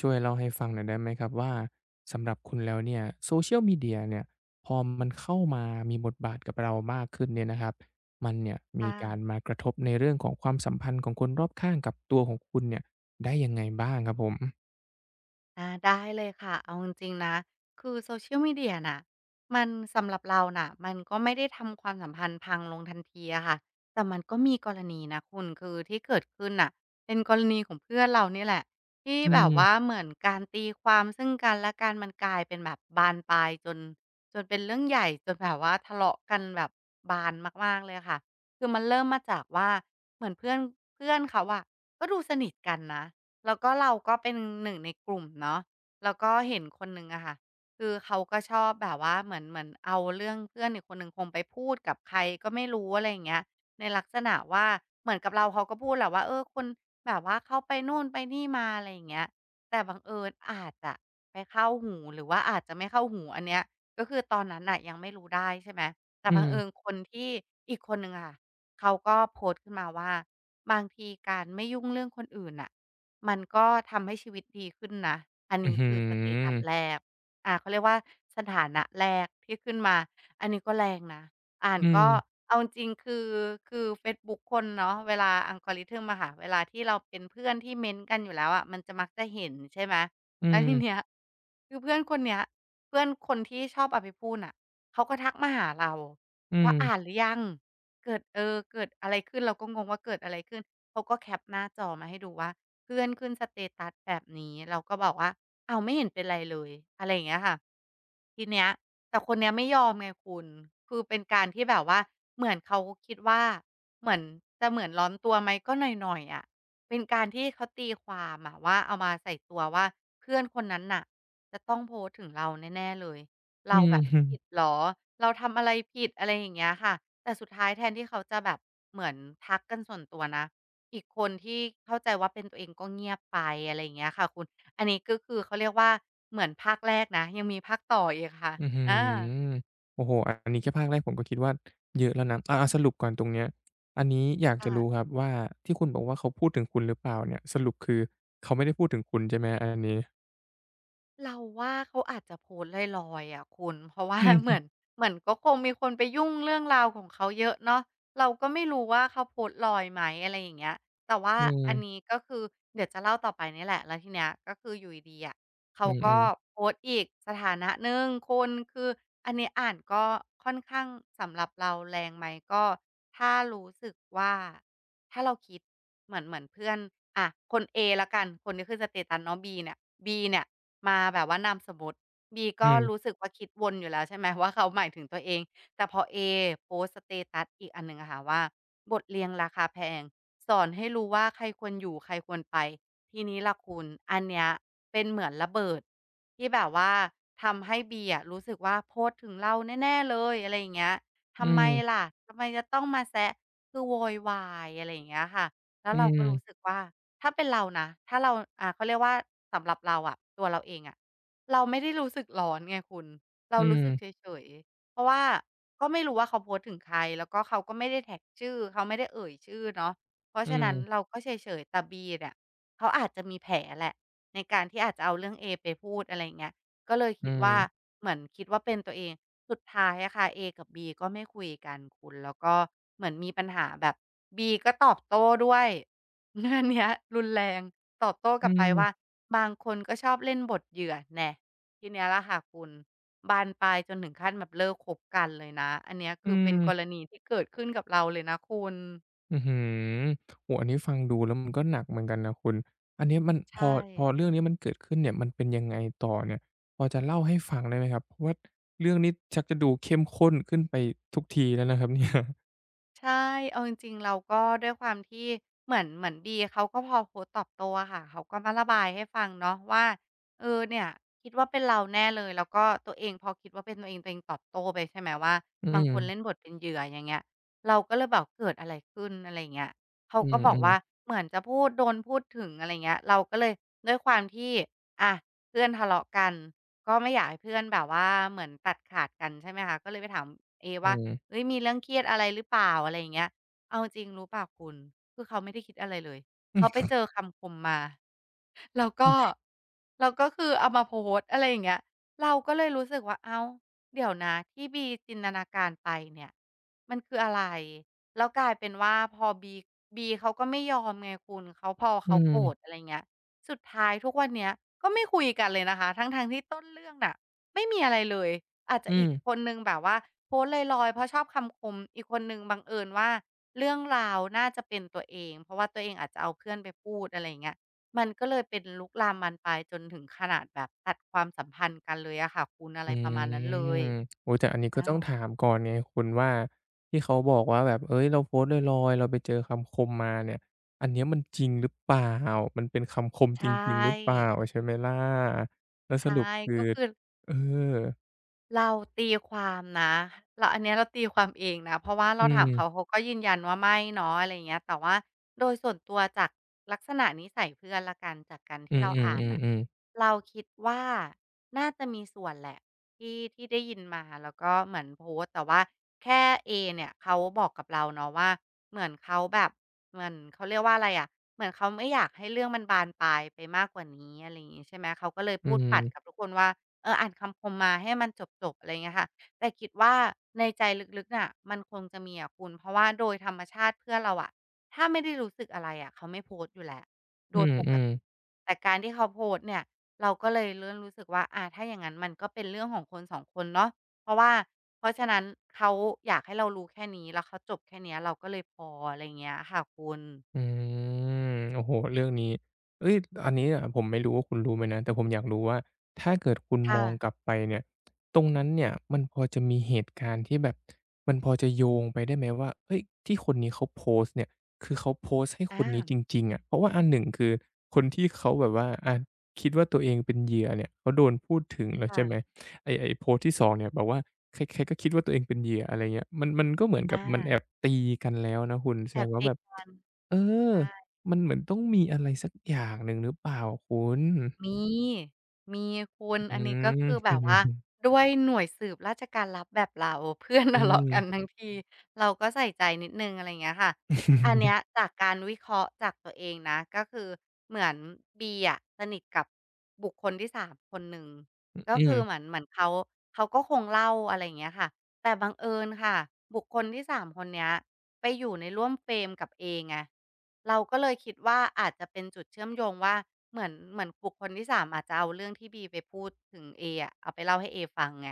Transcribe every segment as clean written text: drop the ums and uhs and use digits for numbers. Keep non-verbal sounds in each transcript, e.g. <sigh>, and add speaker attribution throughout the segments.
Speaker 1: ช่วยเล่าให้ฟังหน่อยได้ไหมครับว่าสำหรับคุณแล้วเนี่ย Social Media เนี่ยพอมันเข้ามามีบทบาทกับเรามากขึ้นเนี่ยนะครับมันเนี่ยมี
Speaker 2: ค่ะ
Speaker 1: การมากระทบในเรื่องของความสัมพันธ์ของคนรอบข้างกับตัวของคุณเนี่ยได้ยังไงบ้างครับผม
Speaker 2: ได้เลยค่ะ เอาจริงๆนะคือ Social Media น่ะ มันสำหรับเราน่ะมันก็ไม่ได้ทำความสัมพันธ์พังลงทันทีอะค่ะ แต่มันก็มีกรณีนะคุณคือที่เกิดขึ้นน่ะเป็นกรณีของเพื่อนเรานี่แหละ ที่
Speaker 1: อื
Speaker 2: แบบ
Speaker 1: ม
Speaker 2: ว่าเหมือนการตีความซึ่งกันและกันมันกลายเป็นแบบบานปลายจนเป็นเรื่องใหญ่จนแบบว่าทะเลาะกันแบบบานมากๆเลยค่ะ คือมันเริ่มมาจากว่าเหมือนเพื่อนเขาอะก็ดูสนิทกันนะ แล้วก็เราก็เป็นหนึ่งในกลุ่มเนาะแล้วก็เห็นคนหนึ่งอะค่ะคือเขาก็ชอบแบบว่าเหมือนเอาเรื่องเพื่อนอีกคนหนึ่งคงไปพูดกับใครก็ไม่รู้อะไรอย่างเงี้ยในลักษณะว่าเหมือนกับเราเขาก็พูดแหละว่าเออคุณแบบว่าเขาไปนู่นไปนี่มาอะไรอย่างเงี้ยแต่บังเอิญอาจจะไปเข้าหูหรือว่าอาจจะไม่เข้าหูอันเนี้ยก็คือตอนนั้นน่ะยังไม่รู้ได้ใช่ไหมแต่
Speaker 1: อื
Speaker 2: บั
Speaker 1: ม
Speaker 2: งเอิญคนที่อีกคนหนึ่งอะค่ะเขาก็โพสต์ขึ้นมาว่าบางทีการไม่ยุ่งเรื่องคนอื่นน่ะ มันก็ทำให้ชีวิตดีขึ้นนะ อัน
Speaker 1: อื้อ
Speaker 2: นี้
Speaker 1: ฮื
Speaker 2: คือสเตตั
Speaker 1: อ
Speaker 2: สแรกเขาเรียกว่าสถานะแรกที่ขึ้นมา อันนี้ก็แรงนะ อ่าน
Speaker 1: อืม
Speaker 2: ก็เอาจริงๆคือเฟซบุ๊กคนเนาะเวลา algorithm อะค่ะเวลาที่เราเป็นเพื่อนที่เม้นต์กันอยู่แล้วอะมันจะมักจะเห็นใช่ไหม
Speaker 1: อื
Speaker 2: แล้วที
Speaker 1: ม
Speaker 2: เนี้ยคือเพื่อนคนเนี้ยเพื่อนคนที่ชอบเอาไปพูดน่ะเขาก็ทักมาหาเรา
Speaker 1: อืม
Speaker 2: ว่าอ่านหรือยังเกิดเกิดอะไรขึ้นเราก็งงว่าเกิดอะไรขึ้นเขาก็แคปหน้าจอมาให้ดูว่า เพื่อนขึ้นสเตตัสแบบนี้เราก็บอกว่าอ้าวไม่เห็นเป็นไรเลยอะไรอย่างเงี้ยค่ะทีเนี้ยแต่คนเนี้ยไม่ยอมไงคุณคือเป็นการที่แบบว่าเหมือนเขาคิดว่าเหมือนเหมือนร้อนตัวไหมก็หน่อยๆอะเป็นการที่เขาตีความอะว่าเอามาใส่ตัวว่าเพื่อนคนนั้นน่ะจะต้องโพสต์ถึงเราแน่ๆเลย
Speaker 1: อื
Speaker 2: เรา
Speaker 1: ม
Speaker 2: แบบ
Speaker 1: อืม
Speaker 2: ผิดเหรอเราทำอะไรผิดอะไรอย่างเงี้ยค่ะแต่สุดท้ายแทนที่เขาจะแบบเหมือนทักกันส่วนตัวนะ อีกคนที่เข้าใจว่าเป็นตัวเองก็เงียบไปอะไรอย่างเงี้ยค่ะคุณ อันนี้ก็คือเขาเรียกว่าเหมือนภาคแรกนะยังมีภาคต่ออีกค่ะ
Speaker 1: อื้อฮื
Speaker 2: อา
Speaker 1: อโอ้โฮอันนี้แค่ภาคแรกผมก็คิดว่าเยอะแล้วนะอาๆสรุปก่อนตรงเนี้ย อันนี้อยากจะรู้ค
Speaker 2: ค่ะ
Speaker 1: รับว่าที่คุณบอกว่าเขาพูดถึงคุณหรือเปล่าเนี่ย สรุปคือเขาไม่ได้พูดถึงคุณใช่ไหมอันนี้
Speaker 2: เราว่าเขาอาจจะโพสต์ลอยๆอะคุณเพราะว่า
Speaker 1: อืม
Speaker 2: <laughs> เห
Speaker 1: อ
Speaker 2: มือนเหมือนก็คงมีคนไปยุ่งเรื่องราวของเขาเยอะเนาะเราก็ไม่รู้ว่าเขาโพสต์ลอยไหมอะไรอย่างเงี้ยแต่ว่า
Speaker 1: ืม
Speaker 2: อันนี้ก็คือเดี๋ยวจะเล่าต่อไปนี่แหละแล้วทีเนี้ยก็คืออยู่ดีๆอะเขา
Speaker 1: อื
Speaker 2: ก็
Speaker 1: ม
Speaker 2: โพสต์อีกสถานะหนึ่งคนคืออันนี้อ่านก็ค่อนข้างสำหรับเราแรงไหมก็ถ้ารู้สึกว่า ถ้าเราคิดเหมือนเพื่อนอะคนเอแล้วกันคนที่ขึ้นสเตตัสเนาะบีเนี่ยมาแบบว่านามสมมุติบี
Speaker 1: ๆอื
Speaker 2: ก็
Speaker 1: ม
Speaker 2: รู้สึกว่าคิดวนอยู่แล้วใช่ไหม <laughs> ว่าเขาหมายถึงตัวเองแต่พอเอโพสต์สเตตัสอีกอันหนึ่งอะค่ะว่าบทเรียนราคาแพงสอนให้รู้ว่าใครควรอยู่ใครควรไปทีนี้ล่ะคุณอันเนี้ยเป็นเหมือนระเบิดที่แบบว่าทำให้บีอะรู้สึกว่าโพสต์ถึงเราแน่ๆเลยอะไรอย่างเงี้ย
Speaker 1: อื
Speaker 2: ทำไม
Speaker 1: ม
Speaker 2: ล่ะทำไมจะต้องมาแซะคือโวยวายอะไรอย่างเงี้ยค่ะแล้ว
Speaker 1: อื
Speaker 2: เราก็รู้สึกว่าถ้าเป็นเรานะถ้าเราเขาเรียกว่าสำหรับเราอะตัวเราเองอะเราไม่ได้รู้สึกร้อนไงคุณเรารู้สึก
Speaker 1: ม
Speaker 2: เฉยๆเพราะว่าก็ไม่รู้ว่าเขาโพสต์ถึงใครแล้วก็เขาก็ไม่ได้แท็กชื่อเขาไม่ได้เอ่ยชื่อเนาะเพราะ
Speaker 1: อื
Speaker 2: ฉะนั้นเรา
Speaker 1: ม
Speaker 2: ก็เฉยๆแต่บีเนี่ยเขาอาจจะมีแผลแหละในการที่อาจจะเอาเรื่องเอไปพูดอะไรอย่างเงี้ย ก็เลย
Speaker 1: อื
Speaker 2: คิดว่า
Speaker 1: ม
Speaker 2: เหมือนคิดว่าเป็นตัวเองสุดท้ายอะค่ะเอกับบีก็ไม่คุยกันคุณแล้วก็เหมือนมีปัญหาแบบบีก็ตอบโต้ด้วย <laughs> อันเนี้ยรุนแรงตอบโต้ก
Speaker 1: อื
Speaker 2: ลับไปว่า
Speaker 1: ม
Speaker 2: บางคนก็ชอบเล่นบทเหยื่อแน่ทีเนี้ยล่ะค่ะคุณบานปลายจนถึงขั้นแบบเลิกคบกันเลยนะอันเนี้ย
Speaker 1: อื
Speaker 2: คือเป็
Speaker 1: ม
Speaker 2: น
Speaker 1: อื
Speaker 2: กร
Speaker 1: ม
Speaker 2: ณีที่เกิดขึ้นกับเราเลยนะคุณ
Speaker 1: อืมอหือโอ้อันนี้ฟังดูแล้วมันก็หนักเหมือนกันนะคุณอันเนี้ยมันพอ
Speaker 2: ใช่
Speaker 1: พอเรื่องนี้มันเกิดขึ้นเนี่ยมันเป็นยังไงต่อเนี่ยพอจะเล่าให้ฟังได้ไหมครับเพราะว่าเรื่องนี้ชักจะดูเข้มข้นขึ้นไปทุกทีแล้วนะครับเนี่ย
Speaker 2: ใช่เอาจริงๆเราก็ด้วยความที่เหมือนบีเขาก็พอโพสต์ตอบโต้อะค่ะเขาก็มาระบายให้ฟังเนาะว่าเออเนี่ยคิดว่าเป็นเราแน่เลยแล้วก็ตัวเองพอคิดว่าเป็นตัวเองตอบโต้ไปใช่ไหมว่า
Speaker 1: อื
Speaker 2: บางคนเล่นบ
Speaker 1: ม
Speaker 2: ทเป็นเหยื่ออย่างเงี้ยเราก็เลยแบบเกิดอะไรขึ้นอะไรอย่างเงี้ยเขา
Speaker 1: อื
Speaker 2: ก็บอก
Speaker 1: อ
Speaker 2: ว่า
Speaker 1: ๆๆ
Speaker 2: เหมือนจะพูดโดนพูดถึงอะไรอย่างเงี้ยเราก็เลยด้วยความที่อะเพื่อนทะเลาะกันก็ไม่อยากให้เพื่อนแบบว่าเหมือนตัดขาดกันใช่ไหมคะก็เลยไปถามเอ
Speaker 1: อื
Speaker 2: ว่า
Speaker 1: ม
Speaker 2: เฮ้ยมีเรื่องเครียดอะไรหรือเปล่าอะไรอย่างเงี้ยเอาจริงรู้เปล่าคุณคือเขาไม่ได้คิดอะไรเลย
Speaker 1: อื
Speaker 2: เขาไป
Speaker 1: ม
Speaker 2: เจอคำคมมา แล้วก็แล้วก็คือเอามาโพสต์อะไรอย่างเงี้ยเราก็เลยรู้สึกว่าอ้าวเดี๋ยวนะที่บีจินตนาการไปเนี่ยมันคืออะไรแล้วกลายเป็นว่าพอบีเขาก็ไม่ยอมไงคุณเขาพอเขาโกรธอะไรเงี้ยสุดท้ายทุกวันเนี้ยก็ไม่คุยกันเลยนะคะทั้งๆที่ต้นเรื่องน่ะไม่มีอะไรเลยอาจจะ
Speaker 1: อื
Speaker 2: อี
Speaker 1: ม
Speaker 2: กคนหนึ่งแบบว่าโพสต์ลอยๆเพราะชอบคำคมอีกคนหนึ่งบังเอิญว่าเรื่องราวน่าจะเป็นตัวเองเพราะว่าตัวเองอาจจะเอาเพื่อนไปพูดอะไรอย่างเงี้ย มันก็เลยเป็นลุกลามบานปลายจนถึงขนาดแบบตัดความสัมพันธ์กันเลยอะค่ะคุณอะ
Speaker 1: อื
Speaker 2: ไรประมาณนั้นเล
Speaker 1: ม
Speaker 2: ย
Speaker 1: โอ้ แต่อันนี้ก็ต้
Speaker 2: อา
Speaker 1: องถามก่อนไงคุณว่าที่เขาบอกว่าแบบเฮ้ยเราโพสต์ลอยๆ เราไปเจอคำคมมาเนี่ย อันเนี้ยมันจริงหรือเปล่า มันเป็นคำคมจ
Speaker 2: ใช่
Speaker 1: ริงๆหรือเปล่าใช่ไหมล่ะแล้วส
Speaker 2: ใช่
Speaker 1: รุปคือ
Speaker 2: ก็คือ
Speaker 1: เออ
Speaker 2: เราตีความนะเราอันเนี้ยเราตีความเองนะเพราะว่า
Speaker 1: อื
Speaker 2: เราถาม
Speaker 1: ม
Speaker 2: เขาเขาก็ยืนยันว่าไม่เนาะอะไรอย่างเงี้ยแต่ว่าโดยส่วนตัวจากลักษณะนิสัยเพื่อนแล้วกันจากการ
Speaker 1: อื
Speaker 2: ที่เราอ่านน่ะ
Speaker 1: อๆๆๆ
Speaker 2: เราคิดว่าน่าจะมีส่วนแหละที่ที่ได้ยินมาแล้วก็เหมือนโพสต์แต่ว่าแค่เอเนี่ยเขาบอกกับเราเนาะว่าเหมือนเขาแบบเหมือนเขาเรียกว่าอะไรอะเหมือนเขาไม่อยากให้เรื่องมันบานปลายไปมากกว่านี้อะไรอย่างงี้ใช่ไหมเขาก็เลย
Speaker 1: อื
Speaker 2: พูดปัดกับ
Speaker 1: ม
Speaker 2: ทุกคนว่า เอออ่านคำคมมาให้มันจบๆอะไรเงี้ยค่ะแต่คิดว่าในใจลึกๆน่ะมันคงจะมีอะคุณเพราะว่าโดยธรรมชาติเพื่อนเราอะถ้าไม่ได้รู้สึกอะไรอะเขาไม่โพสต์อยู่แล้วโด
Speaker 1: อื
Speaker 2: ยปก
Speaker 1: ม
Speaker 2: ติ
Speaker 1: ๆ
Speaker 2: แต่การที่เขาโพสต์เนี่ยเราก็เลยเริ่มรู้สึกว่าอาถ้าอย่างนั้นมันก็เป็นเรื่องของคนสองคนเนาะเพราะว่าเพราะฉะนั้นเขาอยากให้เรารู้แค่นี้แล้วเขาจบแค่เนี้ยเราก็เลยพออะไร่าเงี้ยค่ะคุณ
Speaker 1: อืมโอ้โฮเรื่องนี้เฮ้ยอันนี้อะผมไม่รู้ว่าคุณรู้ไหมนะแต่ผมอยากรู้ว่าถ้าเกิดคุณม
Speaker 2: ค่ะ
Speaker 1: องกลับไปเนี่ยตรงนั้นเนี่ยมันพอจะมีเหตุการณ์ที่แบบมันพอจะโยงไปได้ไหมว่าเฮ้ยที่คนนี้เขาโพสต์เนี่ยคือเขาโพสต์ให้คนนี้
Speaker 2: อา
Speaker 1: จริงๆอะเพราะว่าอันหนึ่งคือคนที่เขาแบบว่าคิดว่าตัวเองเป็นเหยื่อเนี่ยเขาโดนพูดถึงแล้วใช่ไหม
Speaker 2: ค่ะ
Speaker 1: ไอ้ไอ้โพสต์ที่สองเนี่ยบอกว่าใครๆก็คิดว่าตัวเองเป็นเหยื่ออะไรเงี้ยมันก็เหมือนกับ
Speaker 2: อา
Speaker 1: มันแอบตีกันแล้วนะคุณแส
Speaker 2: แอ
Speaker 1: ดง
Speaker 2: บ
Speaker 1: ว่า
Speaker 2: ตี
Speaker 1: แบบ
Speaker 2: กัน
Speaker 1: เออมันเหมือนต้องมีอะไรสักอย่างหนึ่งหรือเปล่าคุณ
Speaker 2: มีมีคุณ
Speaker 1: อื
Speaker 2: อันนี้ก็
Speaker 1: ม
Speaker 2: คือแบ
Speaker 1: อื
Speaker 2: บ
Speaker 1: ม
Speaker 2: ว่าด้วยหน่วยสืบราชการลับแบบเราเพื่อน
Speaker 1: อื
Speaker 2: ทะเลาะ
Speaker 1: ม
Speaker 2: กันทั้งทีเราก็ใส่ใจนิดหนึ่งอะไรอย่างเงี้ยค่ะอันเนี้ยจากการวิเคราะห์จากตัวเองนะก็คือเหมือนบีอะสนิทกับบุคคลที่สามคนหนึ่งก็
Speaker 1: อื
Speaker 2: คือเหมือ
Speaker 1: ม
Speaker 2: นเหมือนเขาก็คงเล่าอะไรอย่างเงี้ยค่ะแต่บังเอิญค่ะบุคคลที่สามคนเนี้ยไปอยู่ในร่วมเฟรมกับเอไง เราก็เลยคิดว่าอาจจะเป็นจุดเชื่อมโยงว่าเหมือนบุคคลที่3อาจจะเอาเรื่องที่ B ไปพูดถึง A อะเอาไปเล่าให้ A ฟังไง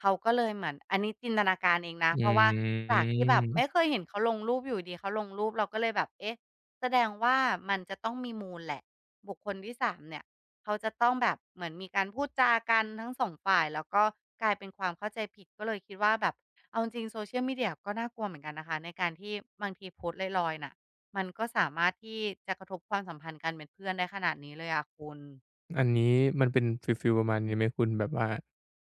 Speaker 2: เขาก็เลยเหมือนอันนี้จินตนาการเองนะ
Speaker 1: อื
Speaker 2: เพราะว่าจากที่แบบไม่เค
Speaker 1: ม
Speaker 2: ยเห็นเขาลงรูปอยู่ดีๆเขาลงรูปเราก็เลยแบบเอ๊ะแสดงว่ามันจะต้องมีมูลแหละบุคคลที่สามเนี่ยเขาจะต้องแบบเหมือนมีการพูดจากันทั้งสองฝ่ายแล้วก็กลายเป็นความเข้าใจผิดก็เลยคิดว่าแบบเอาจริงๆ Social Media ก็น่ากลัวเหมือนกันนะคะในการที่บางทีโพสต์ลอยๆน่ะ มันก็สามารถที่จะกระทบความสัมพันธ์การเป็นเพื่อนได้ขนาดนี้เลยอะคุณ
Speaker 1: อันนี้มันเป็นฟีลประมาณนี้ไหมคุณแบบว่า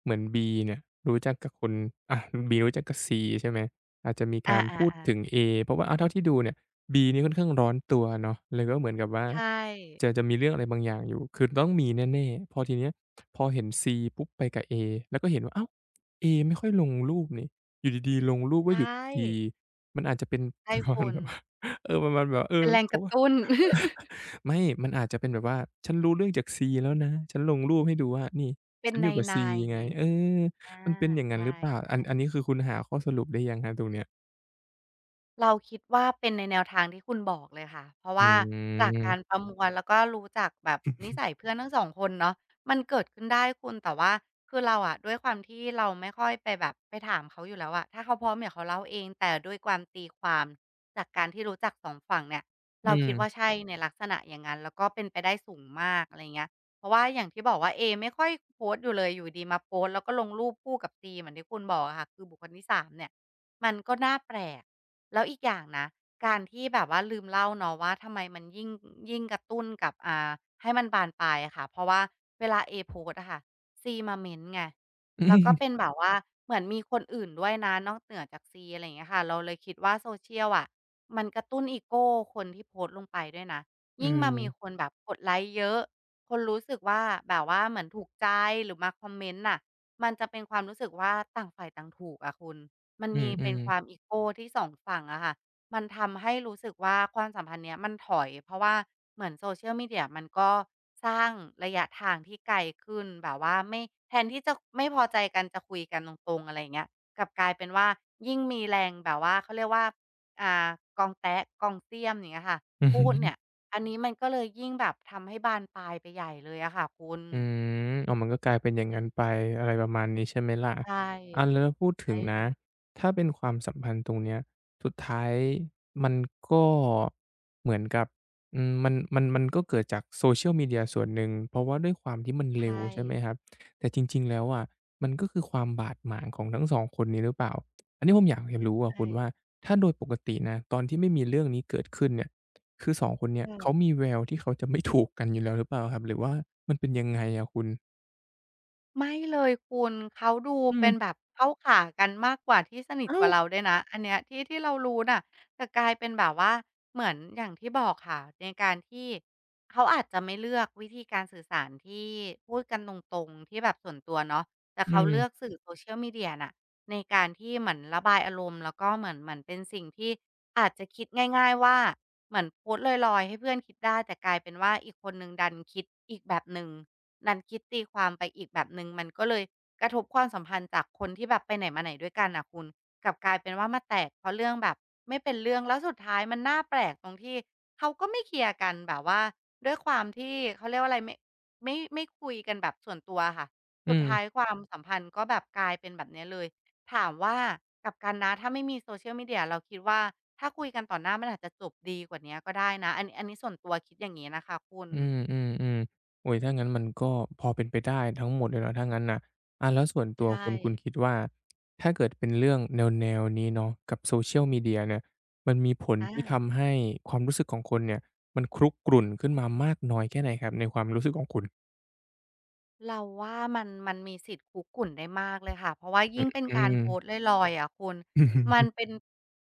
Speaker 1: เหมือน B เนี่ยรู้จักกับคนอ่ะบ B รู้จักกับ C ใช่ไหมอาจจะมี
Speaker 2: อ
Speaker 1: การ
Speaker 2: า
Speaker 1: พูด
Speaker 2: ๆ
Speaker 1: ถึง
Speaker 2: ๆ
Speaker 1: A เพราะว่าเอาเท่าที่ดูเนี่ย B นี่ค่อนข้างร้อนตัวเนาะแล้วก็เหมือนกับว่า
Speaker 2: ใช่
Speaker 1: จะมีเรื่องอะไรบางอย่างอยู่คือต้องมีแน่ๆพอทีเนี้ยพอเห็น C ปุ๊บไปกับ A แล้วก็เห็นว่าเอ้าว A ไม่ค่อยลงรูปนี่อยู่ดีๆลงรูป
Speaker 2: ใช
Speaker 1: ว่าอยู่กั
Speaker 2: ่
Speaker 1: บ C มันอาจจะเป็น <laughs> ป
Speaker 2: ใช่
Speaker 1: ระมาณ
Speaker 2: คุ
Speaker 1: แบ
Speaker 2: ณ
Speaker 1: บว่า <laughs> เออประมาณแบบว่าเอ
Speaker 2: เป็
Speaker 1: อ
Speaker 2: นแรงก
Speaker 1: เขา
Speaker 2: ระตุ้น
Speaker 1: ไม่ มันอาจจะเป็นแบบว่า ฉันรู้เรื่องจาก C แล้วนะ ฉันลงรูปให้ดูว่านี่
Speaker 2: <laughs> เป็
Speaker 1: ฉั
Speaker 2: น
Speaker 1: นอ
Speaker 2: ใน
Speaker 1: ยู่กับ C ไงเออ
Speaker 2: ๆอา
Speaker 1: มันเป็นอย่างนั้น
Speaker 2: ใช่
Speaker 1: หรือเปล่า อันนี้คือคุณหาข้อสรุปได้ยังครับตรงเนี้ย
Speaker 2: เราคิดว่าเป็นในแนวทางที่คุณบอกเลยค่ะเพราะ
Speaker 1: อื
Speaker 2: ว่าจาก
Speaker 1: ม
Speaker 2: การประมวลแล้วก็รู้จักแบบนิสัยเพื่อนทั้งสองคนเนาะมันเกิดขึ้นได้คุณแต่ว่าคือเราอะด้วยความที่เราไม่ค่อยไปแบบไปถามเขาอยู่แล้วอะถ้าเขาพร้อมเดี๋ยวเขาเล่าเองแต่ด้วยความตีความจากการที่รู้จักสองฝั่งเนี่ย
Speaker 1: อื
Speaker 2: เราคิดว่า
Speaker 1: ม
Speaker 2: ใช่ในลักษณะอย่างนั้นแล้วก็เป็นไปได้สูงมากอะไรเงี้ยเพราะว่าอย่างที่บอกว่าเอไม่ค่อยโพสต์อยู่เลยอยู่ดีๆมาโพสต์แล้วก็ลงรูปคู่กับซีเหมือนที่คุณบอกอะค่ะคือบุคคลที่สามเนี่ยมันก็น่าแปลก แล้วอีกอย่างนะการที่แบบว่าลืมเล่าเนาะว่าทำไมมันยิ่งยิ่งกระตุ้นกับให้มันบานปลายอะค่ะเพราะว่าเวลาเอโพสต์อะค่ะซีมาเม้นต์ไง
Speaker 1: อื
Speaker 2: แล้วก็เป็
Speaker 1: ม
Speaker 2: นแบบว่าเหมือนมีคนอื่นด้วยนะนอกเหนือจากซีอะไรอย่างเงี้ยค่ะเราเลยคิดว่า Social อะมันกระตุ้นอีโกคนที่โพสต์ลงไปด้วยนะ
Speaker 1: อื
Speaker 2: ยิ่งมามี
Speaker 1: ม
Speaker 2: คนแบบกดไลก์เยอะคนรู้สึกว่าแบบว่าเหมือนถูกใจหรือมาคอมเมนต์น่ะมันจะเป็นความรู้สึกว่าต่างฝ่ายต่างถูกอะคุณ มัน
Speaker 1: อื
Speaker 2: มีเป็นค
Speaker 1: ม
Speaker 2: วามอีโกที่สองฝั่งอะค่ะ มันทำให้รู้สึกว่าความสัมพันธ์เนี้ยมันถอยเพราะว่าเหมือน Social Media มันก็สร้างระยะทางที่ไกลขึ้นแบบว่าไม่แทนที่จะไม่พอใจกันจะคุยกันตรงๆอะไรอย่างเงี้ยกลับกลายเป็นว่ายิ่งมีแรงแบบว่าเขาเรียกว่าอ่ากองแต๊ะกองเสี้ยมอย่างเงี้ยค่ะ
Speaker 1: อือ
Speaker 2: พู
Speaker 1: ฮึ
Speaker 2: ดเนี่ยอันนี้มันก็เลยยิ่งแบบทำให้บานปลายไปใหญ่เลยอะค่ะคุณ
Speaker 1: อืมอ๋อมันก็กลายเป็นอย่างงั้นไปอะไรประมาณนี้ใช่ไหมล่ะ
Speaker 2: ใช่
Speaker 1: อาแล้วพูดถึ
Speaker 2: ใช่
Speaker 1: งนะ
Speaker 2: เลย
Speaker 1: ถ้าเป็นความสัมพันธ์ตรงเนี้ยสุดท้ายมันก็เหมือนกับอืมมันก็เกิดจาก Social Media ส่วนหนึ่ง เพราะว่าด้วยความที่มัน
Speaker 2: ใช
Speaker 1: เร็ว
Speaker 2: ่
Speaker 1: ใช่ไหมครับ แต่จริงๆแล้วอะมันก็คือความบาดหมางของทั้งสองคนนี้หรือเปล่า อันนี้ผมอยากจะรู้อะคุณว่า
Speaker 2: ใช่
Speaker 1: ถ้าโดยปกตินะตอนที่ไม่มีเรื่องนี้เกิดขึ้นเนี่ย คือสองคนเนี่ยเขามี
Speaker 2: ค่ะ
Speaker 1: แววที่เขาจะไม่ถูกกันอยู่แล้วหรือเปล่าครับหรือว่ามันเป็นยังไงอะคุณ
Speaker 2: ไม่เลยคุณเขาดู
Speaker 1: อื
Speaker 2: เป็นแบ
Speaker 1: ม
Speaker 2: บเข้าขากันมากกว่าที่สนิท
Speaker 1: อ้า
Speaker 2: ก
Speaker 1: ว
Speaker 2: ว่าเราด้วยนะอันเนี้ยที่เรารู้น่ะแต่กลายเป็นแบบว่าเหมือนอย่างที่บอกค่ะในการที่เขาอาจจะไม่เลือกวิธีการสื่อสารที่พูดกันตรงๆที่แบบส่วนตัวเนาะแต่
Speaker 1: อื
Speaker 2: เขาเลือก
Speaker 1: ม
Speaker 2: สื่อ social media น่ะในการที่เหมือนระบายอารมณ์แล้วก็เหมือนเป็นสิ่งที่อาจจะคิดง่ายๆว่าเหมือนโพสต์ลอยๆให้เพื่อนคิดได้แต่กลายเป็นว่าอีกคนนึงดันคิดอีกแบบหนึ่ง นั้นคิดตีความไปอีกแบบหนึ่งมันก็เลยกระทบความสัมพันธ์จากคนที่แบบไปไหนมาไหนด้วยกันน่ะคุณกลับกลายเป็นว่ามาแตกเพราะเรื่องแบบไม่เป็นเรื่องแล้วสุดท้ายมันน่าแปลกตรงที่เขาก็ไม่เคลียร์กันแบบว่าด้วยความที่เขาเรียกว่าอะไรไม่คุยกันแบบส่วนตัวอะค่ะ
Speaker 1: อื
Speaker 2: สุดท้าย
Speaker 1: ม
Speaker 2: ความสัมพันธ์ก็แบบกลายเป็นแบบเนี้ยเลยถามว่ากลับกันนะถ้าไม่มี Social Media เราคิดว่าถ้าคุยกันต่อหน้ามันอาจจะจบดีกว่าเนี้ยก็ได้นะอันนี้ส่วนตัวคิดอย่างงี้นะคะคุณ
Speaker 1: อืมๆๆโอ้ยถ้างั้นมันก็พอเป็นไปได้ทั้งหมดเลยเนาะถ้างั้นน่ะอาแล้วส่วนตั
Speaker 2: ใช
Speaker 1: ว
Speaker 2: ่
Speaker 1: คุณคิดว่าถ้าเกิดเป็นเรื่องแนวๆนี้เนาะกับ Social Media เนี่ยมันมีผล
Speaker 2: อา
Speaker 1: ที่ทำให้ความรู้สึกของคนเนี่ยมันครุกรุ่นขึ้นมามากน้อยแค่ไหนครับในความรู้สึกของคุณ
Speaker 2: เราว่ามันมีสิทธิ์คุกกุ่นได้มากเลยค่ะเพราะว่า
Speaker 1: อือ
Speaker 2: ยิ่งเป็น
Speaker 1: อื
Speaker 2: การ
Speaker 1: ม
Speaker 2: โพสต์ลอยๆอะคุณมั
Speaker 1: อือ
Speaker 2: นเป็น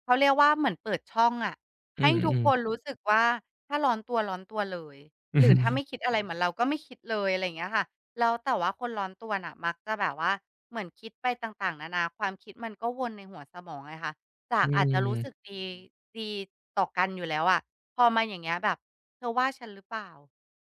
Speaker 2: เขาเรียกว่าเหมือนเปิดช่องอะ
Speaker 1: อื
Speaker 2: ให้
Speaker 1: อ
Speaker 2: ทุ
Speaker 1: อื
Speaker 2: ก
Speaker 1: ม
Speaker 2: คนรู้สึกว่าถ้าร้อนตัวเลยหรือถ้า
Speaker 1: อื
Speaker 2: ไม่คิดอะไรเหมือนเราก็ไม่คิดเลยอะไรอย่างเงี้ยค่ะแล้วแต่ว่าคนร้อนตัวน่ะมักจะแบบว่าเหมือนคิดไปต่างๆนานาความคิดมันก็วนในหัวสมองไงคะจากอาจจะรู้สึก
Speaker 1: ม
Speaker 2: ดีต่อกันอยู่แล้วอะพอมาอย่างเงี้ยแบบเธอว่าฉันหรือเปล่า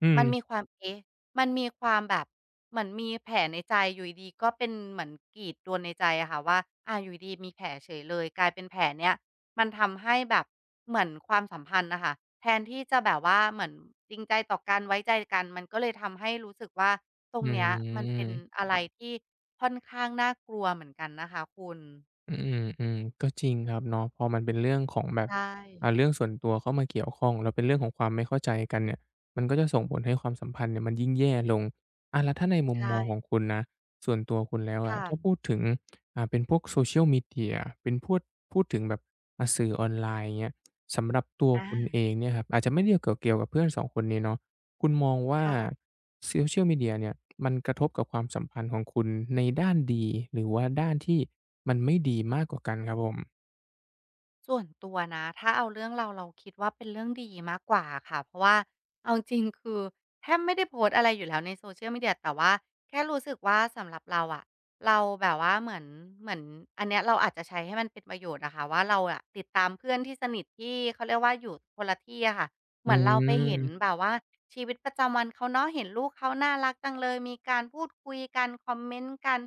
Speaker 1: อื
Speaker 2: มันมี
Speaker 1: ม
Speaker 2: ความเอ๊ะ มันมีความแบบเหมือนมีแผลในใจอยู่ดีๆก็เป็นเหมือนกรีดตัวในใจอะค่ะว่าอาอยู่ดีๆมีแผลเฉยเลยกลายเป็นแผลเนี้ยมันทำให้แบบเหมือนความสัมพันธ์น่ะค่ะแทนที่จะแบบว่าเหมือนจริงใจต่อกันไว้ใจกันมันก็เลยทำให้รู้สึกว่าตร
Speaker 1: อื
Speaker 2: งเนี้ยมันเป็น
Speaker 1: ม
Speaker 2: อะไรที่ค่อนข้างน่ากลัวเหมือนกันนะคะคุณ
Speaker 1: อืมอืมก็จริงครับเนาะพอมันเป็นเรื่องของแบบ
Speaker 2: ใช่
Speaker 1: อ่าเรื่องส่วนตัวเข้ามาเกี่ยวข้องแล้วเป็นเรื่องของความไม่เข้าใจกันเนี่ยมันก็จะส่งผลให้ความสัมพันธ์เนี่ยมันยิ่งแย่ลงอาแล้วถ้าในมุมมองขอ
Speaker 2: ใช่
Speaker 1: งคุณนะส่วนตัวคุณแล้วอะจะ
Speaker 2: ค่ะ
Speaker 1: พูดถึงอ่าเป็นพวก Social Media เชียลมีเดียเป็นพวดพูดถึงแบบอ่าสื่อออนไลน์เงี้ยสำหรับตัว
Speaker 2: อา
Speaker 1: คุณเองเนี่ยครับอาจจะไม่เดยวเกี่ยวกับเพื่อนสองคนนี้เนาะคุณมองว่า
Speaker 2: ค่ะ
Speaker 1: โซเชียลมีเดียเนี่ยมันกระทบกับความสัมพันธ์ของคุณในด้านดีหรือว่าด้านที่ มันไม่ดีมากกว่ากันครับผม
Speaker 2: ส่วนตัวนะถ้าเอาเรื่องเราเราคิดว่าเป็นเรื่องดีมากกว่าค่ะเพราะว่าเอาจริงๆคือแทบไม่ได้โพสต์อะไรอยู่แล้วใน Social Media แต่ว่าแค่รู้สึกว่าสำหรับเราอะเราแบบว่าเหมือนอันเนี้ยเราอาจจะใช้ให้มันเป็นประโยชน์อะค่ะว่าเราอะติดตามเพื่อนที่สนิทที่เขาเรียกว่าอยู่คนละที่อะค่ะเห
Speaker 1: อื
Speaker 2: มือนเราไปเห็นแบ
Speaker 1: ม
Speaker 2: บว่าชีวิตประจำวันเขาเนาะเห็นลูกเขาน่ารักจังเลยมีการพูดคุยกันคอมเมนต์กัน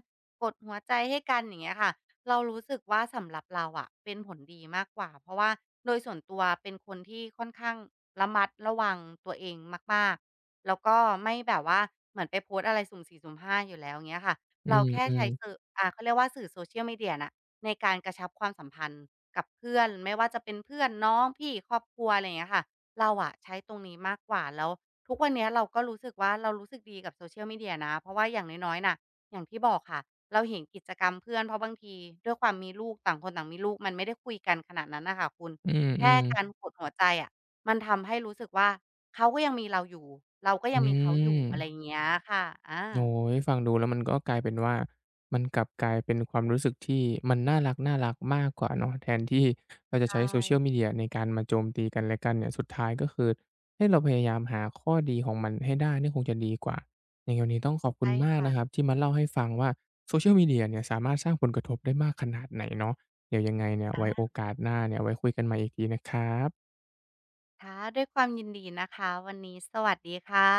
Speaker 2: กดหัวใจให้กันอย่างเงี้ยค่ะ เรารู้สึกว่าสำหรับเราอะเป็นผลดีมากกว่าเพราะว่าโดยส่วนตัวเป็นคนที่ค่อนข้างระมัดระวังตัวเองมากๆแล้วก็ไม่แบบว่าเหมือนไปโพสต์อะไรสุ่มสี่สุ่มห้าอยู่แล้วเงี้ยค่ะ
Speaker 1: อื
Speaker 2: เราแค่
Speaker 1: ม
Speaker 2: ใช้สื่
Speaker 1: ๆ
Speaker 2: อเขาเรียกว่าสื่อ Social Media น่ะในการกระชับความสัมพันธ์กับเพื่อนไม่ว่าจะเป็นเพื่อนน้องพี่ครอบครัวอะไรอย่างเงี้ยค่ะเราอะใช้ตรงนี้มากกว่าแล้วทุกวันเนี้ยเราก็รู้สึกว่าเรารู้สึกดีกับ Social Media นะเพราะว่าอย่างน้อยๆน่ะ อย่างที่บอกค่ะเราเห็นกิจกรรมเพื่อนเพราะบางทีด้วยความมีลูกต่างคนต่างมีลูกมันไม่ได้คุยกันขนาดนั้นน่ะค่ะคุณ
Speaker 1: อื
Speaker 2: แค่
Speaker 1: ม
Speaker 2: กคา่
Speaker 1: ๆ
Speaker 2: ระกดหัวใจอะมันทำให้รู้สึกว่าเขาก็ยังมีเราอยู่เราก็
Speaker 1: อื
Speaker 2: ยังมีเขาอ
Speaker 1: ม
Speaker 2: ยู่อะไรอย่างเงี้ยค่ะอา
Speaker 1: โอ้โฮฟังดูแล้วมันก็กลายเป็นว่ามันกลับกลายเป็นความรู้สึกที่มันน่ารักๆมากกว่าเนาะแทนที่เรา
Speaker 2: ใช
Speaker 1: จะใช้ social
Speaker 2: ่
Speaker 1: media ในการมาโจมตีกันและกันเนี่ยสุดท้ายก็คือให้เราพยายามหาข้อดีของมันให้ได้เนี่ยคงจะดีกว่ายังไงวันนี้ต้องขอบคุณ
Speaker 2: ใช่
Speaker 1: มาก
Speaker 2: ค่ะ
Speaker 1: นะครับที่มาเล่าให้ฟังว่า social media เนี่ยสามารถสร้างผลกระทบได้มากขนาดไหนเนาะเดี๋ยวยังไงเนี่ย
Speaker 2: อา
Speaker 1: ไว้โอกาสหน้าเนี่ยไว้คุยกันใหม่อีกทีนะครับ
Speaker 2: ค่ะด้วยความยินดีนะคะวันนี้สวัสดีค่ะ